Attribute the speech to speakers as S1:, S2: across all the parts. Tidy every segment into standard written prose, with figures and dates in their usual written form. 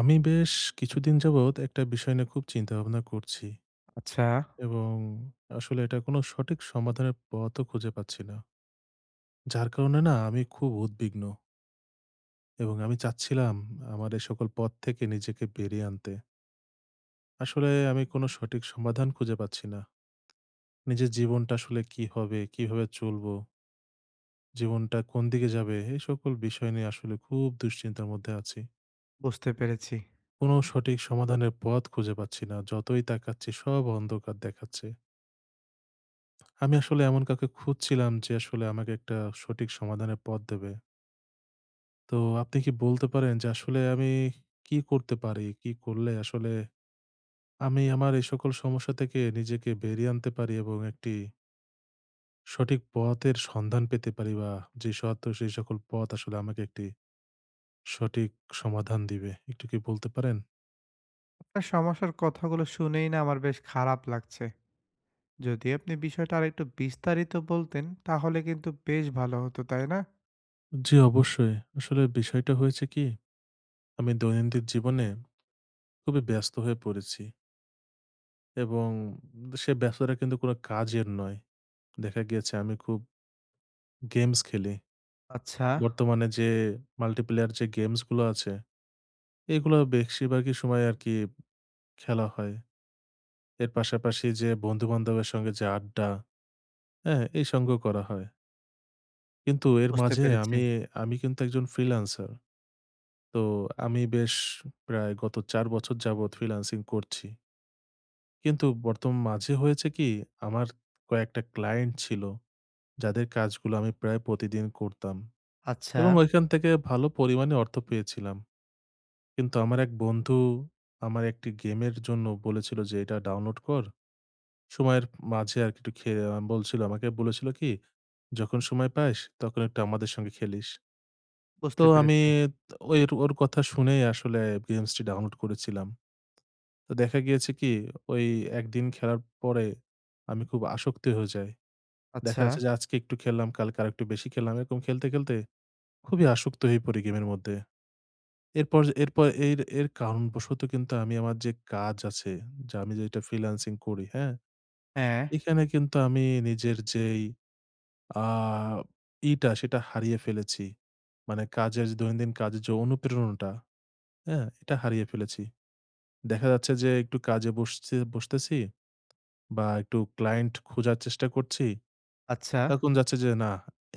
S1: আমি বেশ কিছুদিন যাবৎ একটা বিষয় নিয়ে খুব চিন্তা ভাবনা করছি
S2: আচ্ছা,
S1: এবং আসলে এটা কোনো সঠিক সমাধানের পথও খুঁজে পাচ্ছি না। যার কারণে না আমি খুব উদ্বিগ্ন এবং আমি চাচ্ছিলাম আমার এই সকল পথ থেকে নিজেকে বেরিয়ে আনতে। আসলে আমি কোনো সঠিক সমাধান খুঁজে পাচ্ছি না। নিজের জীবনটা আসলে কি হবে, কিভাবে চলবো, জীবনটা কোন দিকে যাবে এই সকল বিষয় নিয়ে আসলে খুব দুশ্চিন্তার মধ্যে আছি।
S2: বুঝতে পেরেছি।
S1: কোনো সঠিক সমাধানের পথ খুঁজে পাচ্ছি না। যতই তাকাচ্ছি সব অন্ধকার দেখাচ্ছে। আমি আসলে এমন কাউকে খুঁজছিলাম যে আসলে আমাকে একটা সঠিক সমাধানের পথ দেবে। তো আপনি কি বলতে পারেন যে আসলে আমি কি করতে পারি? কি করলে আসলে আমি আমার এই সকল সমস্যা থেকে নিজেকে বেরিয়ে আনতে পারি এবং একটি সঠিক পথের সন্ধান পেতে পারি বা যে সত্য সেই সকল পথ আসলে আমাকে একটি সঠিক সমাধান দিবে। একটু কি বলতে পারেন?
S2: আপনার সমস্যার কথাগুলো শুনেই না আমার বেশ খারাপ লাগছে। যদি আপনি বিষয়টা আরেকটু বিস্তারিত বলতেন তাহলে কিন্তু বেশ ভালো হতো, তাই না?
S1: জি, অবশ্যই। আসলে বিষয়টা হয়েছে কি? আমি দৈনন্দিন জীবনে খুবই ব্যস্ত হয়ে পড়েছি এবং সে ব্যস্ততা কিন্তু কোনো কাজের নয়। দেখা গিয়েছে আমি খুব গেমস খেলি।
S2: আচ্ছা,
S1: বর্তমানে যে মাল্টিপ্লেয়ার যে গেমস গুলো আছে, এগুলো বেশিরভাগই সময় আরকি খেলা হয়। এর পাশাপাশি যে বন্ধু-বান্ধবের সঙ্গে যে আড্ডা, হ্যাঁ? এই সঙ্গ করা হয়। কিন্তু এর
S2: বুঝতে
S1: মাঝে
S2: পেরেছি।
S1: আমি, আমি কিন্তু একজন ফ্রিল্যান্সার। তো আমি বেশ প্রায় গত ৪ বছর যাবৎ ফ্রিল্যান্সিং করছি। কিন্তু বর্তমান মাঝে হয়েছে কি? আমার কয়েকটা ক্লায়েন্ট ছিল, যাদের কাজগুলো আমি প্রায় প্রতিদিন করতাম
S2: আচ্ছা,
S1: এবং ওইখান থেকে ভালো পরিমাণে অর্থ পেয়েছিলাম। কিন্তু আমার এক বন্ধু আমার একটি গেমের জন্য বলেছিল যে এটা ডাউনলোড কর। সময়ের মাঝে আরকি একটু খে বলছিল আমাকে বলেছিল কি, "যখন সময় পাস তখন একটু আমাদের সঙ্গে খেলিস।" তো
S2: বুঝতে
S1: আমি
S2: পেরেছি।
S1: ওর কথা শুনেই আসলে গেমসটি ডাউনলোড করেছিলাম। তো দেখা গিয়েছে কি ওই একদিন খেলার পরে আমি খুব আসক্ত হয়ে যাই। দেখা
S2: আচ্ছা,
S1: যাচ্ছে যে আজকে একটু খেললাম, কালকে আরেকটু বেশি খেললাম। এরকম খেলতে, খেলতে খুবই আসক্ত হয়ে পড়ি গেমের মধ্যে। এরপর এরপর এর এর কারণবশত কিন্তু আমি আমার যে কাজ আছে, যে আমি যেটা ফ্রিল্যান্সিং করি, হ্যাঁ?
S2: হ্যাঁ,
S1: এখানে কিন্তু আমি নিজের যেই আ ইটা সেটা হারিয়ে ফেলেছি। মানে কাজের দৈনন্দিন কাজের যে অনুপ্রেরণাটা, হ্যাঁ? এটা হারিয়ে ফেলেছি। দেখা যাচ্ছে যে একটু কাজে বসছি বসতেছি বা একটু ক্লায়েন্ট খোঁজার চেষ্টা করছি।
S2: আচ্ছা,
S1: তখন যাচ্ছে যে না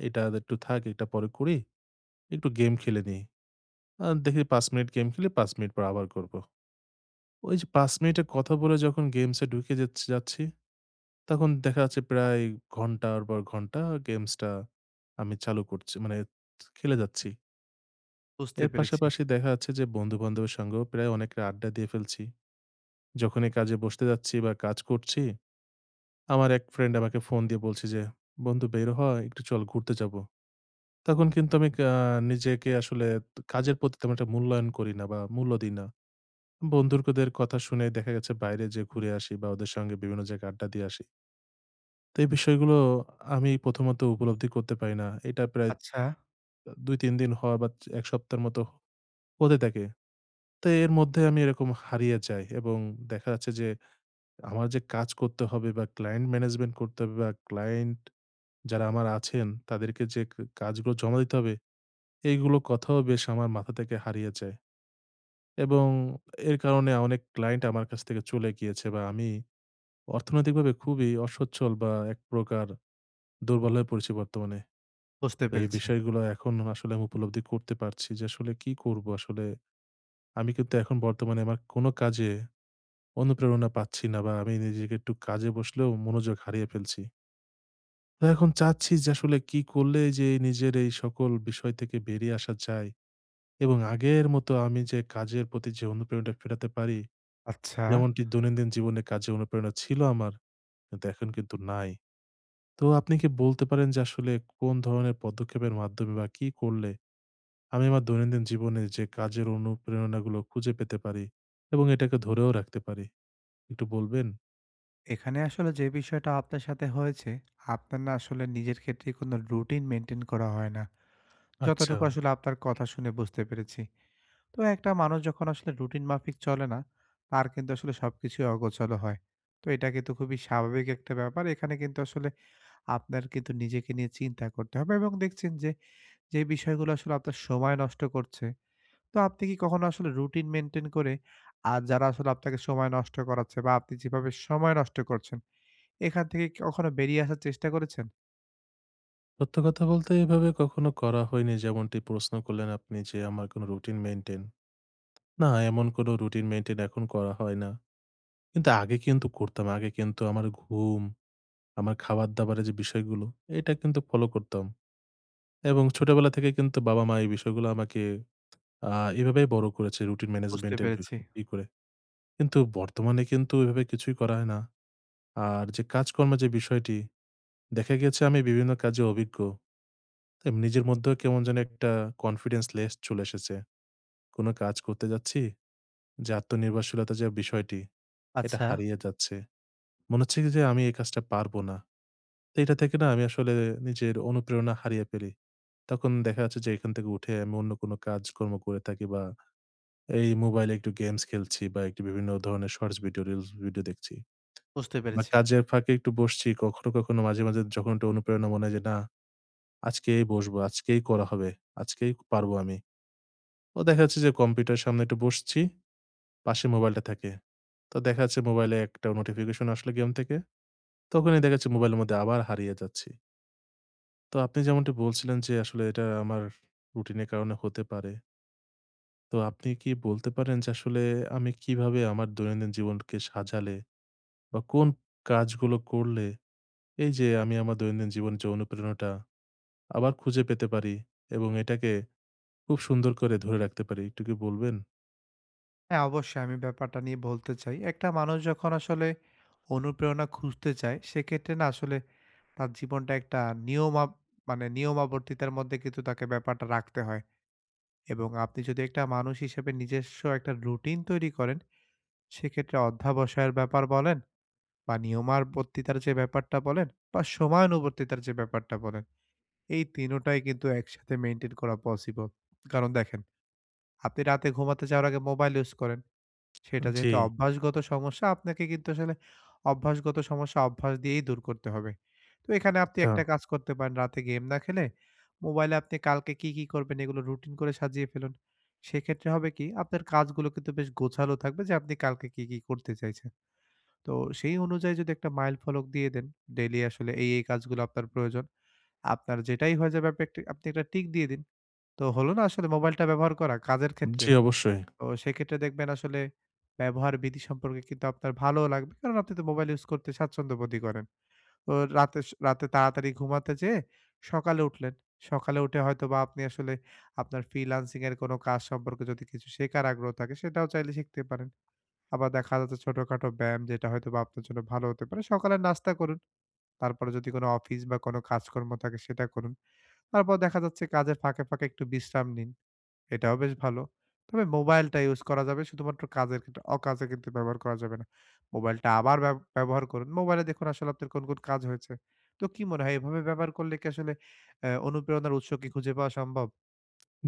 S1: এটা একটু থাক, এটা পরে করি। একটু গেম খেলে নিই। দেখি ৫ মিনিট গেম খেলি, ৫ মিনিট পর আবার করব। ওই যে ৫ মিনিটের কথা বলে যখন গেমসে ঢুকে যাচ্ছি যাচ্ছি, তখন দেখা যাচ্ছে প্রায় ঘন্টার পর ঘন্টা গেমসটা আমি চালু করছি মানে খেলে যাচ্ছি।
S2: বুঝতে
S1: এর
S2: পেরেছি।
S1: পাশাপাশি দেখা যাচ্ছে যে বন্ধু-বান্ধবের সঙ্গেও প্রায় অনেক আড্ডা দিয়ে ফেলছি। যখনই কাজে বসতে যাচ্ছি বা কাজ করছি, আমার এক ফ্রেন্ড আমাকে ফোন দিয়ে বলছে যে, "বন্ধু বের হ, একটু চল ঘুরতে যাবো।" তখন কিন্তু আমি নিজেকে আসলে কাজের প্রতি তেমন একটা মূল্যায়ন করি না বা মূল্য দিই না। বন্ধুদের কথা শুনে দেখা গেছে বাইরে যে ঘুরে আসি বা ওদের সঙ্গে বিভিন্ন জায়গায় আড্ডা দিয়ে আসি। তো এই বিষয়গুলো আমি প্রথমত উপলব্ধি করতে পারি না। এটা প্রায়
S2: আচ্ছা,
S1: ২-৩ দিন হওয়া বা ১ সপ্তাহের মতো হতে থাকে। তো এর মধ্যে আমি এরকম হারিয়ে যাই এবং দেখা যাচ্ছে যে আমার যে কাজ করতে হবে বা ক্লায়েন্ট ম্যানেজমেন্ট করতে হবে বা ক্লায়েন্ট যারা আমার আছেন তাদেরকে যে কাজগুলো জমা দিতে হবে, এইগুলো কথাও বেশ আমার মাথা থেকে হারিয়ে যায় এবং এর কারণে অনেক ক্লায়েন্ট আমার কাছ থেকে চলে গিয়েছে বা আমি অর্থনৈতিকভাবে খুবই অসচ্ছল বা এক প্রকার দুর্বল হয়ে পড়েছি বর্তমানে।
S2: বুঝতে
S1: তো এই
S2: পেরেছি।
S1: বিষয়গুলো এখন আসলে আমি উপলব্ধি করতে পারছি যে আসলে কি করব আসলে? আমি কিন্তু এখন বর্তমানে আমার কোনো কাজে অনুপ্রেরণা পাচ্ছি না বা আমি নিজেকে একটু কাজে বসলেও মনোযোগ হারিয়ে ফেলছি। তো এখন চাচ্ছি যে আসলে কি করলে যে নিজের এই সকল বিষয় থেকে বেরিয়ে আসা যায় এবং আগের মতো আমি যে কাজের প্রতি যে অনুপ্রেরণাটা ফেরাতে পারি,
S2: আচ্ছা,
S1: যেমনটি দৈনন্দিন জীবনে কাজে অনুপ্রেরণা ছিল আমার, কিন্তু এখন কিন্তু নাই। তো আপনি কি বলতে পারেন যে আসলে কোন ধরনের পদক্ষেপের মাধ্যমে বা কি করলে আমি আমার দৈনন্দিন জীবনে যে কাজের অনুপ্রেরণাগুলো খুঁজে পেতে পারি এবং এটাকে ধরেও রাখতে পারি? একটু বলবেন?
S2: এখানে আসলে যে বিষয়টা আপনার সাথে হয়েছে, আপনার না আসলে নিজের ক্ষেত্রে কোনো রুটিন মেইনটেইন করা হয় না।
S1: আচ্ছা।
S2: যতটুকু আসলে আপনার কথা শুনে বুঝতে পেরেছি। তো একটা মানুষ যখন আসলে রুটিন মাফিক চলে না, তার কিন্তু আসলে সবকিছুই অগোছালো হয়। তো এটা কিন্তু খুবই স্বাভাবিক একটা ব্যাপার। এখানে কিন্তু আসলে আপনার কিন্তু নিজেকে নিয়ে চিন্তা করতে হবে এবং দেখছেন যে, যে বিষয়গুলো আসলে আপনার সময় নষ্ট করছে, তো আপনি কি কখনো আসলে রুটিন মেইনটেইন করে আর যারা আসলে আপনাকে সময় নষ্ট করাচ্ছে বা আপনি যেভাবে সময় নষ্ট করছেন, এখান থেকে কি কখনো বেরিয়ে আসার চেষ্টা করেছেন?
S1: সত্য কথা বলতে এভাবে কখনো করা হয়নি যেমনটি প্রশ্ন করলেন আপনি যে আমার কোনো রুটিন মেইনটেইন। না, এমন কোনো রুটিন মেইনটেইন এখন করা হয় না। কিন্তু আগে কিন্তু করতাম। আগে কিন্তু আমার ঘুম, আমার খাবার-দাবারের যে বিষয়গুলো, এটা কিন্তু ফলো করতাম। এবং ছোটবেলা থেকে কিন্তু বাবা-মা এই বিষয়গুলো আমাকে আ এভাবেই বড় করেছে রুটিন
S2: বুঝতে
S1: ম্যানেজমেন্টের
S2: পেরেছি।
S1: ই করে। কিন্তু বর্তমানে কিন্তু এভাবে কিছুই করা হয় না। আর যে কাজকর্মের যে বিষয়টি, দেখা গিয়েছে আমি বিভিন্ন কাজে অভিজ্ঞ। তাই নিজের মধ্যেও কেমন যেন একটা কনফিডেন্স লেস চলে এসেছে। কোনো কাজ করতে যাচ্ছি, যে আত্মনির্ভরশীলতা যে বিষয়টি, এটা
S2: আচ্ছা,
S1: হারিয়ে যাচ্ছে। মনে হচ্ছে কি যে আমি এই কাজটা পারবো না। তো এটা থেকে না আমি আসলে নিজের অনুপ্রেরণা হারিয়ে ফেলি। তখন দেখা যাচ্ছে যে এখান থেকে উঠে আমি অন্য কোনো কাজকর্ম করে থাকি বা এই মোবাইলে একটু গেমস খেলছি বা একটু বিভিন্ন ধরনের শর্টস ভিডিও, রিলস ভিডিও দেখছি।
S2: বুঝতে
S1: বা
S2: পেরেছি।
S1: কাজের ফাঁকে একটু বসছি। কখনো, কখনো মাঝে, মাঝে যখন একটু অনুপ্রেরণা মনে হয় যে, "না, আজকেই বসবো, আজকেই করা হবে, আজকেই পারবো আমি।" তো দেখা যাচ্ছে যে কম্পিউটারের সামনে একটু বসছি, পাশে মোবাইলটা থাকে। তো দেখা যাচ্ছে মোবাইলে একটা নোটিফিকেশন আসলো গেম থেকে। তখনই দেখা যাচ্ছে মোবাইলের মধ্যে আবার হারিয়ে যাচ্ছি। তো আপনি যেমনটি বলছিলেন যে আসলে এটা আমার রুটিনের কারণে হতে পারে। তো আপনি কি বলতে পারেন যে আসলে আমি কিভাবে আমার দৈনন্দিন জীবনকে সাজালে বা কোন কাজগুলো করলে এই যে আমি আমার দৈনন্দিন জীবনে যে অনুপ্রেরণাটা আবার খুঁজে পেতে পারি এবং এটাকে খুব সুন্দর করে ধরে রাখতে পারি, একটু কি বলবেন?
S2: হ্যাঁ, অবশ্যই আমি ব্যাপারটা নিয়ে বলতে চাই। একটা মানুষ যখন আসলে অনুপ্রেরণা খুঁজতে চায়, সেক্ষেত্রে না আসলে তার জীবনটা একটা নিয়মা মানে নিয়মাবর্তিতার মধ্যে কিন্তু তাকে ব্যাপারটা রাখতে হয়। এবং আপনি যদি একটা মানুষ হিসেবে নিজস্ব একটা রুটিন তৈরি করেন, সেক্ষেত্রে অধ্যাবসায়ের ব্যাপার বলেন বা নিয়মাবর্তিতার যে ব্যাপারটা বলেন বা সময়ানুবর্তিতার যে ব্যাপারটা বলেন, এই ৩ টাই কিন্তু একসাথে মেইনটেইন করা পসিবল। কারণ দেখেন, আপনি রাতে ঘুমাতে যাওয়ার আগে মোবাইল ইউজ করেন। সেটা
S1: জি।
S2: যেহেতু অভ্যাসগত সমস্যা, আপনাকে কিন্তু আসলে অভ্যাসগত সমস্যা অভ্যাস দিয়েই দূর করতে হবে। তো এখানে আপনি
S1: আচ্ছা,
S2: একটা কাজ করতে পারেন, রাতে গেম না খেলে মোবাইলে আপনি কালকে কি, কি করবেন এগুলো রুটিন করে সাজিয়ে ফেলুন। সেক্ষেত্রে হবে কি আপনার কাজগুলো কিন্তু বেশ গোছালো থাকবে যে আপনি কালকে কি, কি করতে চাইছেন। তো সেই অনুযায়ী যদি একটা মাইল ফলক দিয়ে দেন, ডেইলি আসলে এই, এই কাজগুলো আপনার প্রয়োজন। আপনার যেটাই হয়ে যাবে আপনি একটা আপনি একটা টিক দিয়ে দিন। তো হলো না আসলে মোবাইলটা ব্যবহার করা কাজের ক্ষেত্রে?
S1: জি অবশ্যই।
S2: তো সেক্ষেত্রে দেখবেন আসলে ব্যবহার বিধি সম্পর্কে কিন্তু আপনার ভালোও লাগবে। কারণ আপনি তো মোবাইল ইউজ করতে স্বাচ্ছন্দ্যবোধই করেন। তো রাতে তাড়াতাড়ি ঘুমাতে যেয়ে সকালে উঠলেন। সকালে উঠে হয়তোবা আপনি আসলে আপনার ফ্রিল্যান্সিং এর কোনো কাজ সম্পর্কে যদি কিছু শেখার আগ্রহ থাকে সেটাও চাইলে শিখতে পারেন। আবার দেখা যাচ্ছে ছোটখাটো ব্যায়াম যেটা হয়তোবা আপনার জন্য ভালো হতে পারে। সকালে নাস্তা করুন। তারপরে যদি কোনো অফিস বা কোনো কাজকর্ম থাকে সেটা করুন। তারপর দেখা যাচ্ছে কাজের ফাঁকে, ফাঁকে একটু বিশ্রাম নিন। এটাও বেশ ভালো। তবে মোবাইলটা ইউজ করা যাবে শুধুমাত্র কাজের ক্ষেত্রে, অকাজে কিন্তু ব্যবহার করা যাবে না। মোবাইলটা আবার ব্যবহার করুন। মোবাইলে দেখুন আসলে আপনার কোন, কোন কাজ হয়েছে। তো কি মনে হয় এভাবে ব্যবহার করলে কি আসলে অনুপ্রেরণার উৎস কি খুঁজে পাওয়া সম্ভব?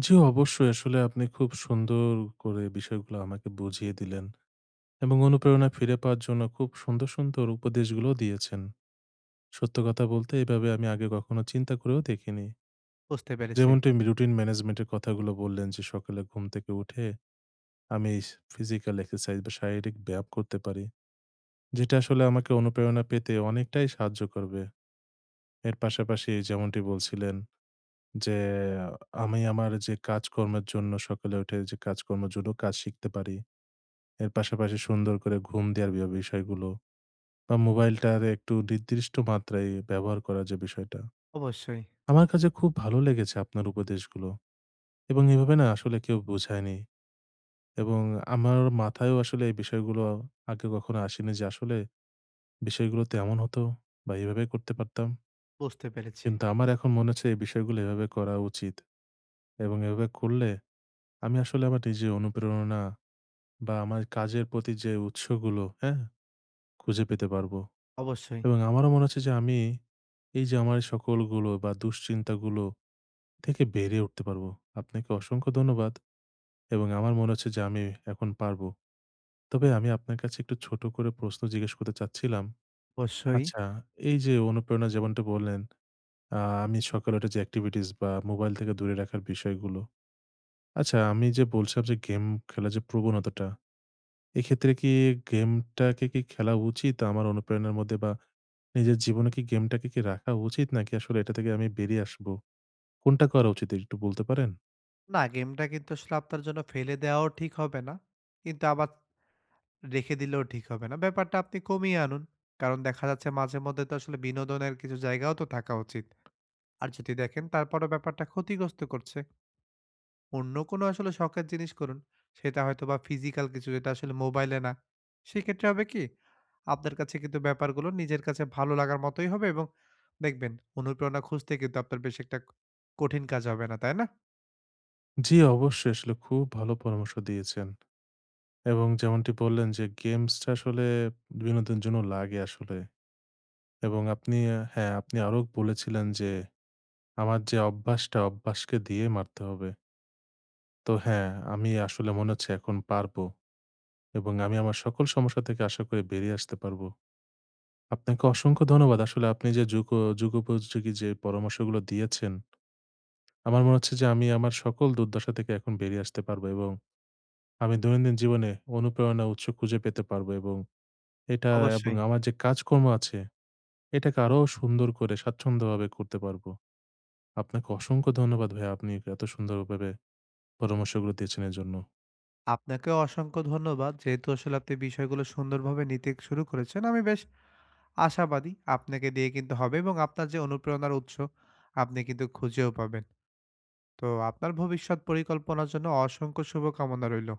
S1: আসলে আপনি খুব সুন্দর করে বিষয়গুলো আমাকে বুঝিয়ে দিলেন এবং অনুপ্রেরণা ফিরে পাওয়ার জন্য খুব সুন্দর, সুন্দর উপদেশগুলোও দিয়েছেন। সত্য কথা বলতে এভাবে আমি আগে কখনো চিন্তা করেও দেখিনি।
S2: বুঝতে পেরেছি।
S1: যেমনটি রুটিন ম্যানেজমেন্ট এর কথাগুলো বললেন যে সকালে ঘুম থেকে উঠে আমি ফিজিক্যাল এক্সারসাইজ বা শারীরিক ব্যায়াম করতে পারি। যেটা আসলে আমাকে অনুপ্রেরণা পেতে অনেকটাই সাহায্য করবে। এর পাশাপাশি যেমনটি বলছিলেন যে, আমি আমার যে কাজকর্মের জন্য সকালে উঠে যে কাজকর্মের জন্য কাজ শিখতে পারি। এর পাশাপাশি সুন্দর করে ঘুম দেওয়ার বিষয়গুলো বা মোবাইলটার একটু নির্দিষ্ট মাত্রায় ব্যবহার করার যে বিষয়টা।
S2: অবশ্যই,
S1: আমার কাছে খুব ভালো লেগেছে আপনার উপদেশগুলো এবং এভাবে না আসলে কেউ বোঝায়নি এবং আমার মাথায়ও আসলে এই বিষয়গুলো আগে কখনো আসেনি যে আসলে বিষয়গুলো তো এমন হতো বা এভাবে করতে পারতাম।
S2: বুঝতে পেরেছি।
S1: কিন্তু আমার এখন মনে হচ্ছে এই বিষয়গুলো এভাবে করা উচিত এবং এভাবে করলে আমি আসলে আমার নিজের অনুপ্রেরণা বা আমার কাজের প্রতি যে উৎসগুলো, হ্যাঁ? খুঁজে পেতে পারবো
S2: অবশ্যই,
S1: এবং আমারও মনে হচ্ছে যে আমি এই যে আমার সকলগুলো বা দুশ্চিন্তাগুলো থেকে বেরিয়ে উঠতে পারবো। আপনাকে অসংখ্য ধন্যবাদ এবং আমার মনে হচ্ছে যে আমি এখন পারবো। তবে আমি আপনার কাছে একটু ছোট করে প্রশ্ন জিজ্ঞেস করতে চাচ্ছিলাম।
S2: অবশ্যই।
S1: আচ্ছা, এই যে অনুপ্রেরণা যেমনটা বললেন আ আমি সকালে উঠে যে activities বা মোবাইল থেকে দূরে রাখার বিষয়গুলো। আচ্ছা আমি যে বলছিলাম যে গেম খেলার যে প্রবণতাটা, এক্ষেত্রে কি গেমটাকে কি খেলা উচিত আমার অনুপ্রেরণার মধ্যে বা নিজের জীবনে কি গেমটাকে কি রাখা উচিত নাকি আসলে এটা থেকে আমি বেরিয়ে আসবো? কোনটা করা উচিত একটু বলতে পারেন?
S2: না, গেমটা কিন্তু আসলে আপনার জন্য ফেলে দেওয়াও ঠিক হবে না। কিন্তু আবার রেখে দিলেও ঠিক হবে না। ব্যাপারটা আপনি কমিয়ে আনুন। কারণ দেখা যাচ্ছে মাঝে মধ্যে তো আসলে বিনোদনের কিছু জায়গাও তো থাকা উচিত। আর যদি দেখেন তারপরও ব্যাপারটা ক্ষতিগ্রস্ত করছে, অন্য কোনো আসলে শখের জিনিস করুন। সেটা হয়তোবা ফিজিক্যাল কিছু যেটা আসলে মোবাইলে না। সেক্ষেত্রে হবে কি? আপনার কাছে কিন্তু ব্যাপারগুলো নিজের কাছে ভালো লাগার মতোই হবে এবং দেখবেন অনুপ্রেরণা খুঁজতে কিন্তু আপনার বেশ একটা কঠিন কাজ হবে না, তাই না?
S1: জি, অবশ্যই আসলে খুব ভালো পরামর্শ দিয়েছেন। এবং যেমনটি বললেন যে গেমসটা আসলে বিনোদনের জন্য লাগে আসলে। এবং আপনি হ্যাঁ, আপনি আরো বলেছিলেন যে আমার যে অভ্যাসটা, অভ্যাসকে দিয়ে মারতে হবে। তো হ্যাঁ, আমি আসলে মনে হচ্ছে এখন পারবো এবং আমি আমার সকল সমস্যা থেকে আশা করি বেরিয়ে আসতে পারবো। আপনাকে অসংখ্য ধন্যবাদ। আসলে আপনি যে যুগ ও যুগোপযোগী যে পরামর্শগুলো দিয়েছেন, আমার মনে হচ্ছে যে আমি আমার সকল দুর্দশা থেকে এখন বেরিয়ে আসতে পারবো এবং আমি দৈনন্দিন জীবনে অনুপ্রেরণার উৎস খুঁজে পেতে পারবো এবং এটা এবং
S2: অবশ্যই।
S1: আমার যে কাজকর্ম আছে, এটাকে আরো সুন্দর করে স্বাচ্ছন্দ্যভাবে করতে পারবো। আপনাকে অসংখ্য ধন্যবাদ ভাইয়া, আপনি এত সুন্দরভাবে পরামর্শগুলো দিয়েছেন এর জন্য।
S2: আপনাকেও অসংখ্য ধন্যবাদ। যেহেতু আসলে আপনি বিষয়গুলো সুন্দরভাবে নিতে শুরু করেছেন, আমি বেশ আশাবাদী আপনাকে দিয়ে কিন্তু হবে এবং আপনার যে অনুপ্রেরণার উৎস আপনি কিন্তু খুঁজেও পাবেন। তো আপনার ভবিষ্যৎ পরিকল্পনার জন্য অসংখ্য শুভকামনা রইল।